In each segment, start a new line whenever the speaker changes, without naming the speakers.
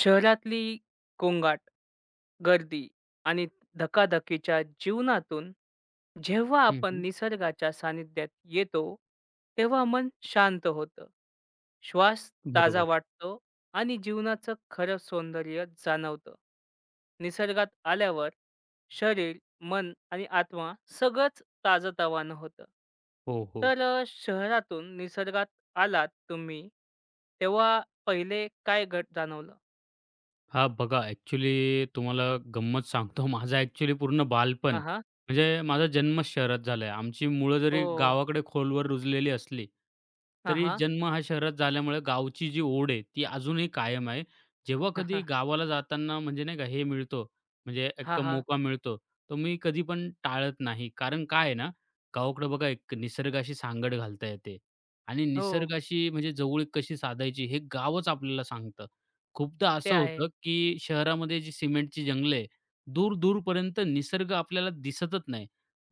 शहरातली गोंगाट, गर्दी आणि धकाधकीच्या जीवनातून जेव्हा
हं,
आपण
हं.
निसर्गाच्या सानिध्यात येतो, तेव्हा मन शांत होतं. श्वास ताजा
बरोबर.
वाटतो आणि जीवनाचं खरं सौंदर्य जाणवतं. निसर्गात आल्यावर शरीर, मन आणि आत्मा सगळंच ताजंतवानं होतं.
हो, हो.
तर शहरातून निसर्गात आलात तुम्ही, तेव्हा पहिले काय घट जाणवलं?
हां, बघा ॲक्चुअली तुम्हाला गंमत सांगतो. माझं ॲक्चुअली पूर्ण बालपण
हां, हां.
म्हणजे माझा जन्मच शहरात झाला आहे. आमची मुळं जरी
हो.
गावाकडे खोलवर रुजलेली असली,
हां,
तरी
हां.
जन्म हा शहरात झाल्यामुळे गावची जी ओढ आहे, ती अजूनही कायम आहे. जेव्हा कधी गावाला जाताना म्हणजे नाही का हे मिळतो, म्हणजे
हां,
एक
हां.
मोका मिळतो, तो मी कधी पण टाळत नाही. कारण काय आहे ना, गावाकडे बघा एक निसर्गाशी सांगड घालता येते आणि
हो,
निसर्गाशी म्हणजे जवळीक कशी साधायची हे गावच आपल्याला सांगतं. खूपदा
ते
असं
आहे.
होतं, की शहरामध्ये जी सिमेंटची जंगलं आहे, दूर-दूरपर्यंत निसर्ग आपल्याला दिसतच नाही.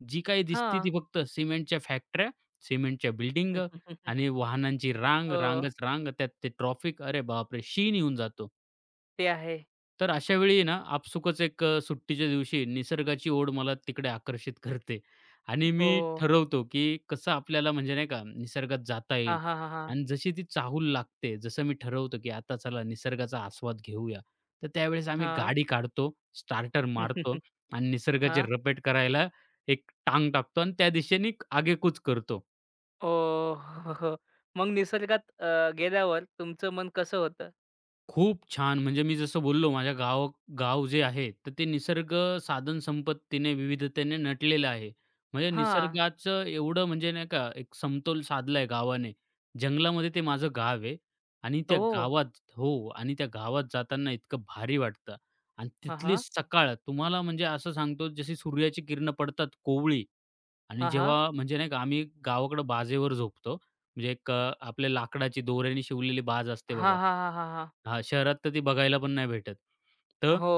जी काही दिसते
हां.
ती फक्त सिमेंटच्या फॅक्टऱ्या, सिमेंटच्या बिल्डिंग आणि वाहनांची रांग,
हो,
रांगच रांग. त्यात ते ट्रॉफिक. अरे बापरे! शीण येऊन जातो.
ते आहे.
तर अशा वेळी ना, आपसुकच एक सुट्टीच्या दिवशी निसर्गाची ओढ मला तिकडे आकर्षित करते आणि मी
ओह!
ठरवतो, की कसं आपल्याला म्हणजे नाही का निसर्गात जाता
हां,
येईल
हां, हां, हां.
आणि जशी ती चाहूल लागते, जसं मी ठरवतो, की आता चला निसर्गाचा आस्वाद घेऊया. तर त्यावेळेस आम्ही
हां.
गाडी काढतो, स्टार्टर मारतो आणि निसर्गाची
हां.
रपेट करायला एक टांग टाकतो आणि त्या दिशेने आगेकूच करतो.
ओह! हो, हो. हो. मग निसर्गात गेल्यावर तुमचं मन कसं होतं?
खूप छान! म्हणजे मी जसं बोललो माझ्या गाव गाव जे आहे, तर ते निसर्ग साधन संपत्तीने, विविधतेने नटलेलं आहे. म्हणजे
हां.
निसर्गाचं एवढं म्हणजे नाही का एक समतोल साधलाय गावाने. जंगलामध्ये ते माझं गाव आहे आणि त्या
ओह!
गावात जाताना इतकं भारी वाटतं आणि
हां,
तिथली
हां.
सकाळ तुम्हाला म्हणजे असं सांगतो जशी सूर्याची किरणं पडतात कोवळी आणि
हां, हां.
जेव्हा म्हणजे नाही का आम्ही गावाकडं बाजेवर झोपतो. म्हणजे एक आपल्या लाकडाची दोऱ्याने शिवलेली बाज असते
हां,
बघा.
हां, हां, हां, हां.
हां, शहरात तर ती बघायला पण नाही भेटत. तर
हो.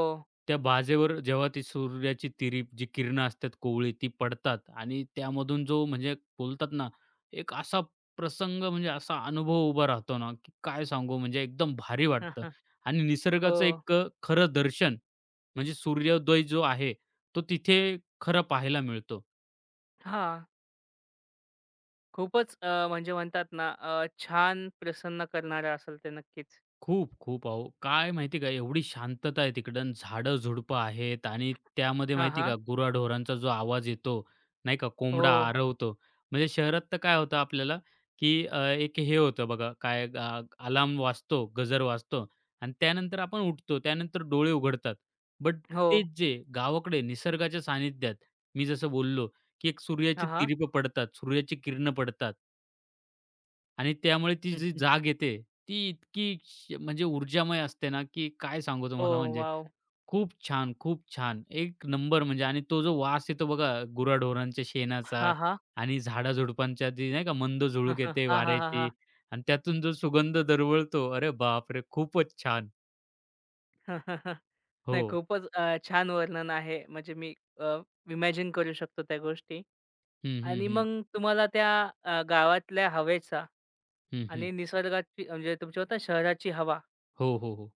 त्या बाजेवर जेव्हा ती सूर्याची तिरीप जी किरणं असतात कोवळी ती पडतात आणि त्यामधून जो म्हणजे बोलतात ना, एक असा प्रसंग म्हणजे असा अनुभव उभा राहतो ना, की काय सांगू म्हणजे एकदम भारी वाटतं. आणि
हो.
निसर्गाचं एक खरं दर्शन म्हणजे सूर्योदय जो आहे, तो तिथे खरं पाहायला मिळतो.
हां. खूपच म्हणजे म्हणतात ना छान प्रसन्न करणारं असेल ते नक्कीच.
खूप, खूप अहो. काय माहिती आहे का, एवढी शांतता आहे तिकडं आणि झाडं-झुडपं आहेत आणि त्यामध्ये
हां,
माहिती आहे
हां.
का, गुराढोरांचा जो आवाज येतो, नाही का, कोंबडा
हो.
आरवतो. म्हणजे शहरात तर काय होतं आपल्याला, की एक हे होतं बघा, अलार्म वाजतो, गजर वाजतो आणि त्यानंतर आपण उठतो, त्यानंतर डोळे उघडतात. बट
हो.
तेच जे गावाकडे निसर्गाच्या सानिध्यात, मी जसं बोललो, की एक सूर्याची
हां, हां.
तिरीपं पडतात, सूर्याची किरणं पडतात आणि त्यामुळे ती जी जाग येते, ती इतकी म्हणजे ऊर्जामय असते ना, की काय सांगू तुम्हाला
ओह
म्हणजे.
वॉव!
खूप छान, खूप छान. एक नंबर म्हणजे आणि तो जो वास येतो बघा गुराढोरांच्या शेणाचा
हां, हां.
आणि झाडा-झुडपांच्या जी नाही का मंद
हां,
झुळूक
हां,
येते
हां, हां. हां,
वाऱ्याची
हां.
आणि त्यातून जो सुगंध दरवळतो, अरे बापरे! खूपच छान. हो.
नाही खूपच छान वर्णन आहे. म्हणजे मी अ, इमॅजिन करू शकतो त्या गोष्टी.
हं, हं,
आणि
हं.
मग तुम्हाला त्या गावातल्या हवेचा
हं, हं.
आणि निसर्गाची म्हणजे तुमची होता शहराची हवा,
हो, हो, हो.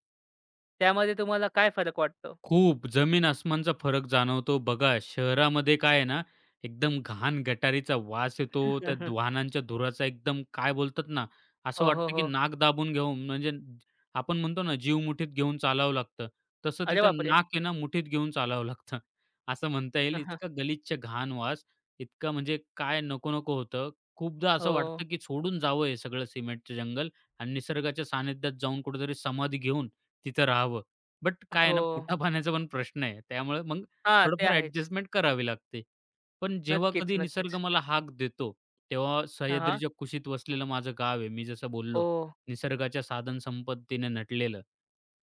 त्यामध्ये तुम्हाला काय फरक वाटतो?
खूप जमीन-आसमानचा फरक जाणवतो. बघा शहरामध्ये काय आहे ना, एकदम घाण गटारीचा वास येतो. त्या वाहनांच्या धुराचा एकदम काय बोलतात ना, असं
हो, हो,
वाटतं की
हो.
नाक दाबून घेऊन म्हणजे आपण म्हणतो ना, जीव मुठीत घेऊन चालावं लागतं. तसं
अरे
तिथं
बापरे!
नाक आहे ना, मुठीत घेऊन चालावं लागतं. असं म्हणता येईल.
हं, हं.
इतका गलिच्छ घाण वास, इतका म्हणजे काय नको-नको होतं. खूपदा असं
हो,
वाटतं की सोडून जावं हे सगळं सिमेंटचं जंगल आणि निसर्गाच्या सानिध्यात जाऊन कुठेतरी समाधी घेऊन तिथं राहावं. बट काय आहे
हो.
ना, पोटापाण्याचा पण प्रश्न आहे. त्यामुळे मग
हां, ते
थोडंफार
आहेच.
ॲडजस्टमेंट करावी लागते. पण जेव्हा
नक्कीच,
कधी निसर्ग
नक्कीच.
मला हाक देतो, तेव्हा
हां, हां.
सह्याद्रीच्या कुशीत वसलेलं माझं गाव आहे. मी जसं बोललो,
ओह!
निसर्गाच्या साधन संपत्तीने नटलेलं.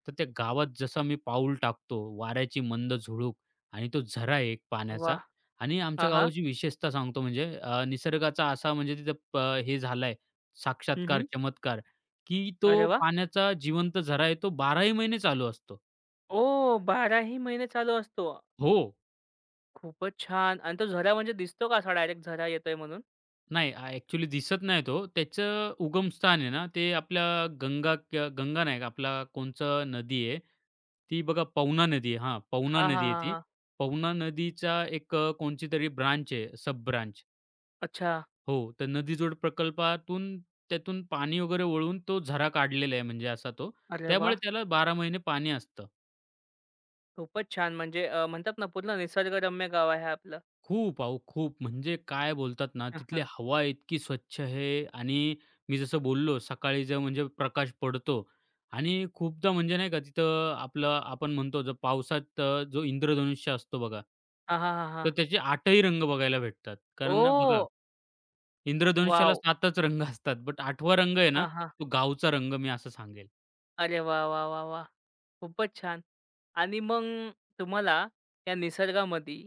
तर त्या गावात जसा मी पाऊल टाकतो, वाऱ्याची मंद झुळूक आणि तो झरा आहे एक पाण्याचा
वाह!
आणि आमच्या
हां, हां.
गावाची विशेषता सांगतो म्हणजे निसर्गाचा असा म्हणजे तिथं प हे झालाय
हं,
साक्षात्कार,
हं.
चमत्कार, की
अरे
तो
वाह!
पाण्याचा जिवंत झरा आहे, तो 12ही महिने चालू असतो.
ओह! 12ही महिने चालू असतो.
हो.
खूपच छान! आणि तो झरा म्हणजे दिसतो का असा डायरेक्ट झरा येतोय म्हणून?
नाही दिसत नाही तो. त्याचं उगमस्थान आहे ना, ते आपल्या गंगा नाही, का, आपला कोणचं नदी आहे, ती बघा पवना नदी आहे. हां, पवना
हां, हां,
नदी आहे
हां,
ती.
हां.
पवना नदीचा एक कोणची तरी ब्रांच आहे, सब ब्रांच.
अच्छा.
हो, तर नदीजोड प्रकल्पातून त्यातून पाणी वगैरे वळून तो झरा काढलेला आहे म्हणजे असा तो.
अरे
त्यामुळे
वाह!
त्याला 12 महिने पाणी असतं.
खूपच छान! म्हणजे म्हणतात ना पूर्ण निसर्गरम्य गाव आहे आपलं.
खूप अहो खूप. म्हणजे काय बोलतात ना,
हां,
तिथली
हां.
हवा इतकी स्वच्छ आहे आणि मी जसं बोललो सकाळी जे म्हणजे प्रकाश पडतो आणि खूपदा म्हणजे नाही का तिथं आपलं आपण म्हणतो जो पावसात जो इंद्रधनुष्य असतो बघा
हां, हां, हां,
तर
हां.
त्याचे 8ही रंग बघायला भेटतात. कारण ना
ओह!
बघा इंद्रधनुष्याला
वॉव!
7च रंग असतात. बट 8वा रंग आहे ना,
हां,
तो गावचा रंग मी असं सांगेल.
अरे वाह, वाह, वाह, वाह! खूपच छान! आणि मग तुम्हाला या निसर्गामध्ये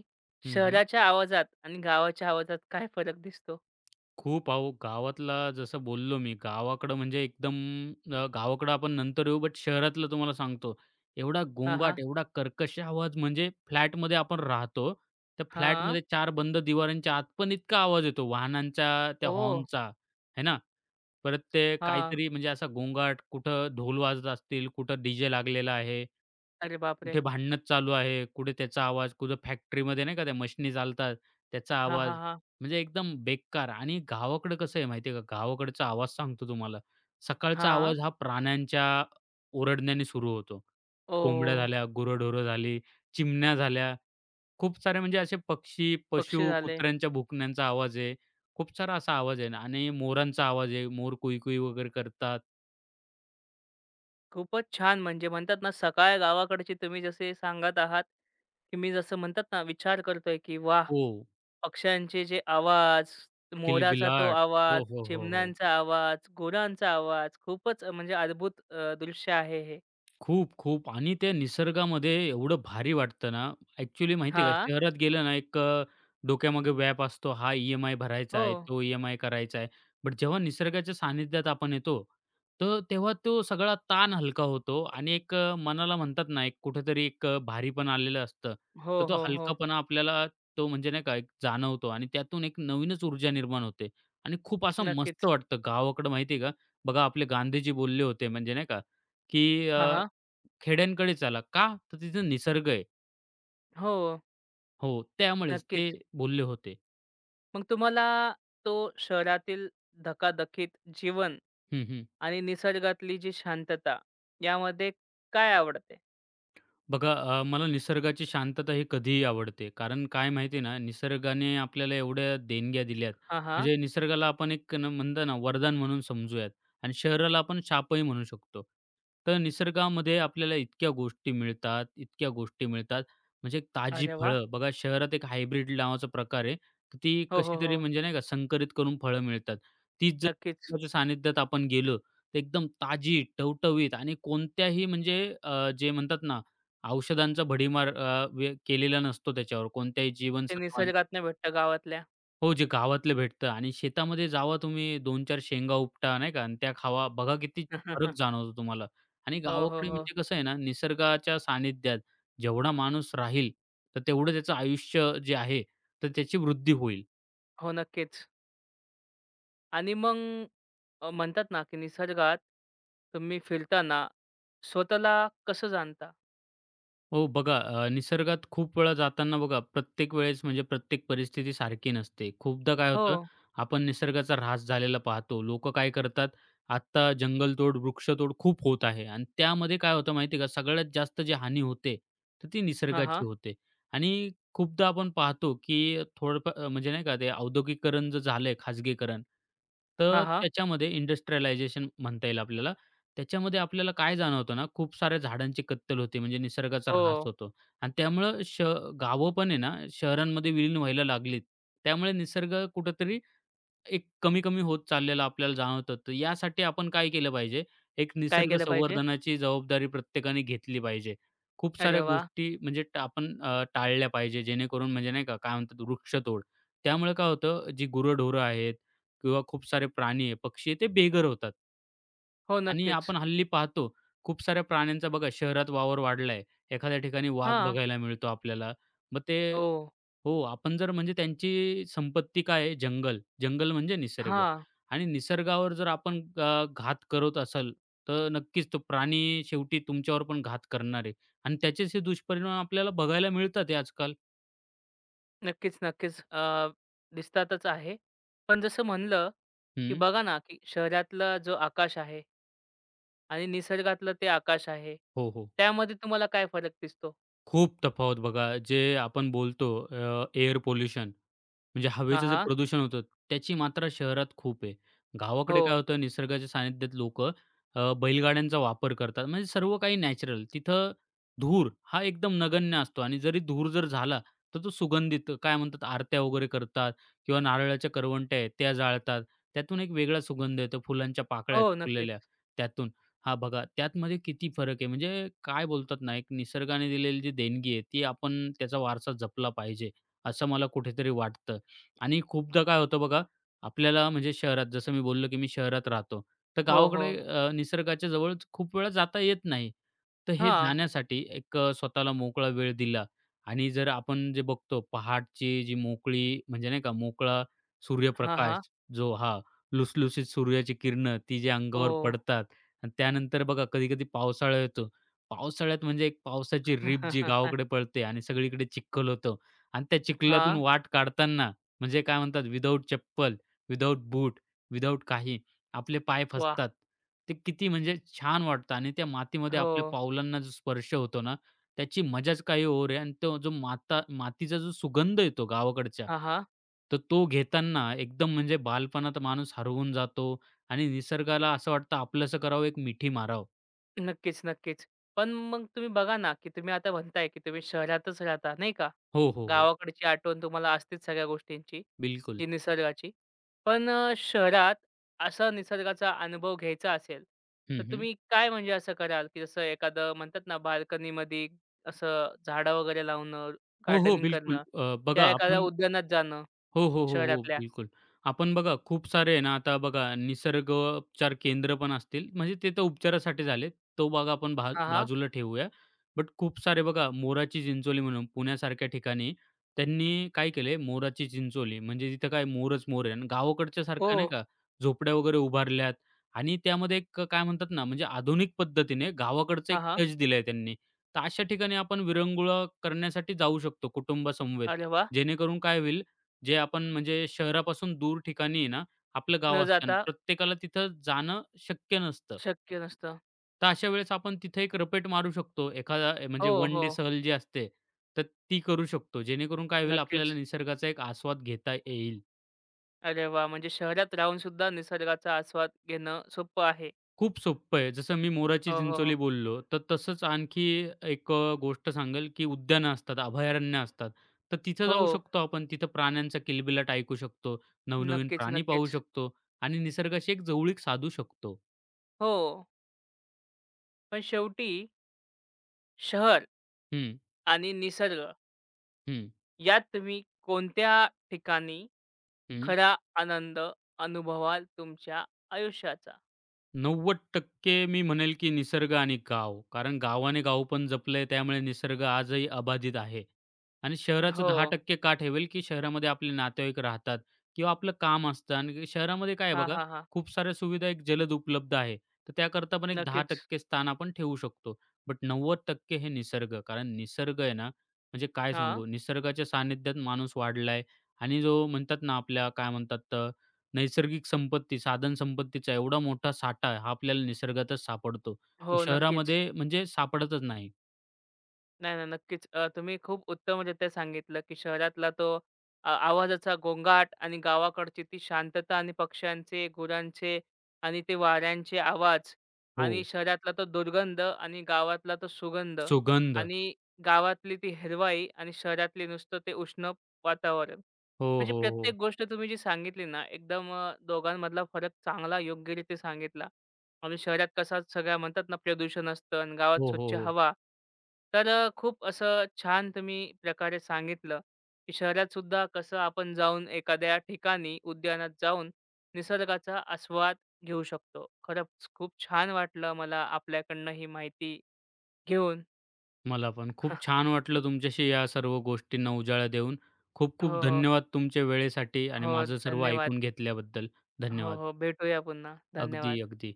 हं, हं.
शहराच्या आवाजात आणि गावाच्या आवाजात काय फरक दिसतो?
खूप अहो, गावातला जसं बोललो मी, गावाकडं म्हणजे एकदम गावाकडं आपण नंतर येऊ, बट शहरातलं तुम्हाला सांगतो, एवढा
हां, हां.
गोंगाट, एवढा कर्कश आवाज म्हणजे फ्लॅटमध्ये आपण राहतो. त्या
हां.
फ्लॅटमध्ये चार बंद दिवारांच्या आत पण इतका आवाज येतो वाहनांचा, त्या
ओह!
हॉर्नचा, है ना? परत ते
हां.
काहीतरी म्हणजे असा गोंगाट, कुठं ढोल वाजत असतील, कुठं डीजे लागलेला आहे.
अरे बापरे!
कुठे भांडणच चालू आहे, कुठे त्याचा आवाज, कुठे फॅक्टरीमध्ये नाही का त्या मशिनी चालतात त्याचा
हां, हां,
आवाज,
हां.
म्हणजे एकदम बेकार. आणि गावाकडं कसं आहे माहिती आहे का, गावाकडचा आवाज सांगतो तुम्हाला, सकाळचा
हां.
आवाज हा प्राण्यांच्या ओरडण्याने सुरू होतो. कोंबड्या
ओह!
झाल्या, गुरंढोरं झाली, चिमण्या झाल्या, खूप सारे म्हणजे असे पक्षी,
पक्षी
पशु,
झाले.
कुत्र्यांच्या भुंकण्यांचा आवाज आहे. खूप सारा असा आवाज आहे ना. आणि मोरांचा आवाज आहे, मोर कुई-कुई वगैरे करतात.
खूपच छान. म्हणजे म्हणतात ना, सकाळ गावाकडची तुम्ही जसे सांगत आहात, की मी जसं म्हणतात ना, विचार करतोय, की वाह!
हो,
पक्ष्यांचे जे आवाज, मोराचा तो
किलबिलाट. हो,
आवाज,
हो, हो, हो.
चिमण्यांचा आवाज, गुरांचा आवाज. खूपच म्हणजे अद्भुत दृश्य आहे हे.
खूप, खूप आणि त्या निसर्गामध्ये एवढं भारी वाटतं ना, ॲक्चुअली माहिती
हा
आहे का, शहरात गेलं ना एक डोक्यामागे व्याप असतो. हा ई-एम-आय भरायचा
हो.
आहे, तो ई-एम-आय करायचा आहे. बट जेव्हा निसर्गाच्या सानिध्यात आपण येतो, तर तेव्हा तो सगळा ताण हलका होतो आणि एक मनाला म्हणतात ना, एक कुठेतरी एक भारीपण आलेलं असतं.
हो,
तर तो
हो, हो.
हलकापणा आपल्याला तो म्हणजे नाही का एक जाणवतो आणि त्यातून एक नवीनच ऊर्जा निर्माण होते आणि खूप असं मस्त
नक्कीच.
वाटतं. गावाकडं माहिती आहे का, बघा आपले गांधीजी बोलले होते म्हणजे नाही का, की
हां, हां.
खेड्यांकडे चाला का? तर तिथे निसर्ग आहे.
हो.
हो, त्यामुळेच ते
नक्कीच.
बोलले होते.
मग तुम्हाला तो शहरातील धकाधकीत जीवन
हं, हं.
आणि निसर्गातली जी शांतता यामध्ये काय आवडते?
बघा मला निसर्गाची शांतता ही कधीही आवडते. कारण काय माहिती आहे ना, निसर्गाने आपल्याला एवढ्या देणग्या दिल्यात.
हां, हां.
म्हणजे निसर्गाला आपण एक न म्हणतो ना वरदान म्हणून समजूयात आणि शहराला आपण शापही म्हणू शकतो. तर निसर्गामध्ये आपल्याला इतक्या गोष्टी मिळतात, इतक्या गोष्टी मिळतात. म्हणजे एक ताजी
अरे वाह!
फळं बघा शहरात एक हायब्रिड नावाचा प्रकार आहे. तर ती
हो, हो,
कशीतरी
हो.
म्हणजे नाही का संकरित करून फळं मिळतात. तीच जर
नक्कीच.
निसर्गाच्या सानिध्यात आपण गेलो, तर एकदम ताजी, टवटवीत आणि कोणत्याही म्हणजे जे म्हणतात ना औषधांचा भडीमार वे केलेला नसतो त्याच्यावर कोणत्याही
ते
जीवनसत्वांना
निसर्गातनं भेटतं गावातल्या.
हो, जे गावातलं भेटतं आणि शेतामध्ये जावा तुम्ही 2-4 शेंगा उपटा नाही का आणि त्या खावा. बघा किती फरक जाणवतो तुम्हाला आणि
हो, हो,
गावाकडे
हो.
म्हणजे कसं आहे ना, निसर्गाच्या सानिध्यात जेवढा माणूस राहील, तर तेवढं त्याचं आयुष्य जे आहे, तर त्याची वृद्धी होईल.
हो, नक्कीच. आणि मग म्हणतात ना, की निसर्गात तुम्ही फिरताना स्वतःला कसं जाणता?
हो बघा, निसर्गात खूप वेळा जाताना बघा, प्रत्येक वेळेस म्हणजे प्रत्येक परिस्थिती सारखी नसते. खूपदा काय होतं,
हो.
आपण निसर्गाचा ऱ्हास झालेला पाहतो. लोकं काय करतात, आत्ता जंगलतोड, वृक्षतोड खूप होत आहे आणि त्यामध्ये काय होतं माहिती आहे का, सगळ्यात जास्त जी हानी होते, तर ती
हां,
निसर्गाची
हां.
होते. आणि खूपदा आपण पाहतो, की थोडंफार म्हणजे नाही का, ते औद्योगिकीकरण जे झालंय, खाजगीकरण, तर
हां, हां.
त्याच्यामध्ये इंडस्ट्रियलायझेशन म्हणता येईल आपल्याला. त्याच्यामध्ये आपल्याला काय जाणवतं ना, खूप साऱ्या झाडांची कत्तल होते, म्हणजे निसर्गाचा
हो.
ऱ्हास होतो आणि त्यामुळं श गावं पण आहे ना, शहरांमध्ये विलीन व्हायला लागलीत. त्यामुळे निसर्ग कुठेतरी एक कमी-कमी होत चाललेला आपल्याला जाणवतं. तर यासाठी आपण काय केलं पाहिजे, एक
काय
निसर्ग
केलं पाहिजे?
संवर्धनाची जबाबदारी प्रत्येकाने घेतली पाहिजे. खूप
अरे
साऱ्या
वाह!
गोष्टी म्हणजे आपण टाळल्या पाहिजे, जेणेकरून म्हणजे नाही का, काय म्हणतात वृक्षतोड. त्यामुळे काय होतं, जी गुरंढोरं आहेत किंवा खूप सारे प्राणी आहे, पक्षी आहे, ते बेघर होतात.
हो,
आणि
नक्कीच.
आपण हल्ली पाहतो खूप साऱ्या प्राण्यांचा बघा शहरात वावर वाढलाय. एखाद्या ठिकाणी वाघ
हां.
बघायला मिळतो आपल्याला. मग ते
ओह!
हो, आपण जर म्हणजे त्यांची संपत्ती काय आहे? जंगल. जंगल म्हणजे निसर्ग
हां.
आणि निसर्गावर जर आपण घात करत असाल, तर नक्कीच तो प्राणी शेवटी तुमच्यावर पण घात करणार आहे आणि त्याचेच हे दुष्परिणाम आपल्याला बघायला मिळतात आहे आजकाल.
नक्कीच, नक्कीच. दिसतातच आहे. पण जसं म्हणलं, की
हं.
बघा ना, की शहरातला जो आकाश आहे आणि निसर्गातलं ते आकाश आहे.
हो, हो.
त्यामध्ये तुम्हाला काय फरक दिसतो?
खूप तफावत बघा. जे आपण बोलतो एअर पोल्युशन म्हणजे
हां,
हवेचं जे
हां.
प्रदूषण होतं त्याची मात्रा शहरात खूप आहे.
हो.
गावाकडे काय होतं निसर्गाच्या सानिध्यात लोक बैलगाड्यांचा वापर करतात. म्हणजे सर्व काही नॅचरल. तिथं धूर हा एकदम नगण्य असतो आणि जरी धूर जर झाला, तर तो सुगंधित काय म्हणतात आरत्या वगैरे करतात किंवा नारळाच्या करवंट्या आहेत त्या जाळतात. त्यातून एक वेगळा सुगंध येतो फुलांच्या पाकळ्या
हो,
सुकलेल्या
नक्कीच.
त्यातून. हां, बघा त्यातमध्ये किती फरक आहे. म्हणजे काय बोलतात ना, एक निसर्गाने दिलेली जी देणगी आहे, ती आपण त्याचा वारसा जपला पाहिजे, असं मला कुठेतरी वाटतं. आणि खूपदा काय होतं बघा, आपल्याला म्हणजे शहरात जसं मी बोललो, की मी शहरात राहतो. तर
हो,
गावाकडे
हो.
निसर्गाच्या जवळ खूप वेळा जाता येत नाही. तर हे
हां.
जाण्यासाठी एक स्वतःला मोकळा वेळ दिला आणि जर आपण जे बघतो पहाटची जी मोकळी म्हणजे नाही का, मोकळा
हां,
सूर्यप्रकाश
हां.
जो हां, लुसलुसीत सूर्याची किरणं ती जे अंगावर
ओह!
पडतात आणि त्यानंतर बघा कधी-कधी पावसाळा येतो. पावसाळ्यात म्हणजे एक पावसाची रिप जी गावाकडे पडते आणि सगळीकडे चिखल होतं आणि त्या
हां.
चिखलातून
वाह!
वाट काढताना म्हणजे काय म्हणतात विदाऊट चप्पल, विदाऊट बूट, विदाऊट काही आपले पाय फसतात. ते किती म्हणजे छान वाटतं आणि त्या मातीमध्ये
हो.
आपल्या पावलांना जो स्पर्श होतो ना, त्याची मजाच काही और आहे आणि तो जो मातीचा जो सुगंध येतो गावाकडच्या,
हां, हां.
तर तो घेताना एकदम म्हणजे बालपणात माणूस हरवून जातो आणि निसर्गाला असं वाटतं आपलंसं करावं, एक मिठी मारावं.
नक्कीच, नक्कीच. पण मग तुम्ही बघा ना, की तुम्ही आता म्हणताय, की तुम्ही शहरातच राहता, नाही का?
हो, हो, हो.
गावाकडची आठवण तुम्हाला असतेच सगळ्या गोष्टींची,
बिलकुल.
जी निसर्गाची. पण शहरात असा निसर्गाचा अनुभव घ्यायचा असेल,
हं,
तर
हं.
तुम्ही काय म्हणजे असं कराल, की जसं एखादं म्हणतात ना, बाल्कनीमध्ये असं झाडं वगैरे लावणं,
हो, हो.
गार्डनिंग
बिलकुल.
करणं,
बघा
त्या एखाद्या
आपण
उद्यानात जाणं
हो, हो, हो, हो.
शहरातल्या?
बिलकुल. आपण बघा खूप सारे आहे ना, आता बघा निसर्गोपचार केंद्र पण असतील, म्हणजे ते तर उपचारासाठी झाले. तो भाग आपण
हां, हां.
बाजूला ठेवूया. बट खूप सारे बघा मोराची चिंचोली म्हणून पुण्यासारख्या ठिकाणी त्यांनी काय केलंय, मोराची चिंचोली म्हणजे तिथं काय मोरच मोर आहे आणि गावाकडच्या
हो.
सारखं नाही का झोपड्या वगैरे उभारल्यात आणि त्यामध्ये एक काय म्हणतात ना, म्हणजे आधुनिक पद्धतीने गावाकडचा एक
हां, हां.
टच दिलाय त्यांनी. तर अशा ठिकाणी आपण विरंगुळा करण्यासाठी जाऊ शकतो कुटुंबासमवेत.
अरे वाह!
जेणेकरून काय होईल जे आपण म्हणजे शहरापासून दूर ठिकाणी आहे ना, आपलं
न
गाव असतं आणि
जाता
प्रत्येकाला तिथं जाणं शक्य नसतं.
शक्य नसतं.
तर अशा वेळेस आपण तिथे एक रपेट मारू शकतो. एखादा म्हणजे
हो,
वन डे
हो.
सहल जी असते, तर ती करू शकतो. जेणेकरून काय होईल
नक्कीच.
आपल्याला निसर्गाचा एक आस्वाद घेता येईल.
अरे वा, म्हणजे शहरात राहून सुद्धा निसर्गाचा आस्वाद घेणं सोपं आहे.
खूप सोप्पं आहे. जसं मी मोराची
हो, हो,
चिंचोली
हो.
बोललो, तर तसंच आणखी एक गोष्ट सांगेल, की उद्यानं असतात, अभयारण्य असतात. तर तिथं जाऊ
हो.
शकतो आपण. तिथं प्राण्यांचा किलबिलाट ऐकू शकतो, नवनवीन
नक्कीच,
प्राणी पाहू
नक्कीच.
शकतो आणि निसर्गाशी एक जवळीक साधू शकतो.
हो. पण शेवटी शहर
हं,
आणि निसर्ग
हं,
यात तुम्ही कोणत्या ठिकाणी
हं.
खरा आनंद अनुभवाल तुमच्या आयुष्याचा?
90% मी म्हणेल, की निसर्ग आणि गाव. कारण गावाने गाव पण जपलंय, त्यामुळे निसर्ग आजही अबाधित आहे. आणि शहराचं
हो.
10% का ठेवेल, की शहरामध्ये आपले नातेवाईक राहतात किंवा आपलं काम असतं आणि शहरामध्ये काय आहे
हां,
बघा,
हां, हां.
खूप साऱ्या सुविधा एक जलद उपलब्ध आहे. तर त्याकरता पण एक
नक्कीच.
10% स्थान आपण ठेवू शकतो. बट 90% हे निसर्ग. कारण निसर्ग आहे ना, म्हणजे काय
हां.
सांगू, निसर्गाच्या सानिध्यात माणूस वाढलाय आणि जो म्हणतात ना, आपल्या काय म्हणतात नैसर्गिक संपत्ती, साधन संपत्तीचा एवढा मोठा साठा हा आपल्याला निसर्गातच सापडतो.
हो,
तो
नक्कीच.
शहरामध्ये म्हणजे सापडतच नाही.
नाही, नाही. नक्कीच. तुम्ही खूप उत्तमरित्या सांगितलं, की शहरातला तो आवाजाचा गोंगाट आणि गावाकडची ती शांतता आणि पक्ष्यांचे, गुरांचे आणि ते वाऱ्यांचे आवाज
हो.
आणि शहरातला तो दुर्गंध आणि गावातला तो सुगंध
सुगंध.
आणि गावातली ती हिरवाई आणि शहरातली नुसतं ते उष्ण वातावरण.
हो,
म्हणजे
हो,
प्रत्येक
हो.
गोष्ट तुम्ही जी सांगितली ना, एकदम दोघांमधला फरक चांगला योग्यरीत्या सांगितला. आणि शहरात कसं सगळ्या म्हणतात ना प्रदूषण असतं आणि गावात
हो, हो,
स्वच्छ
हो.
हवा. तर खूप असं छान तुम्ही प्रकारे सांगितलं, की शहरात सुद्धा कसं आपण जाऊन एखाद्या ठिकाणी उद्यानात जाऊन निसर्गाचा आस्वाद घेऊ शकतो. खरंच खूप छान वाटलं मला आपल्याकडनं ही माहिती घेऊन.
मला पण खूप छान वाटलं तुमच्याशी या सर्व गोष्टींना उजाळा देऊन. खूप खूप
हो, हो.
धन्यवाद तुमच्या वेळेसाठी आणि
हो,
माझं सर्व
धन्यवाद.
ऐकून घेतल्याबद्दल.
हो,
धन्यवाद.
हो. भेटूया पुन्हा.
अगदी,
धन्यवाद.
अगदी.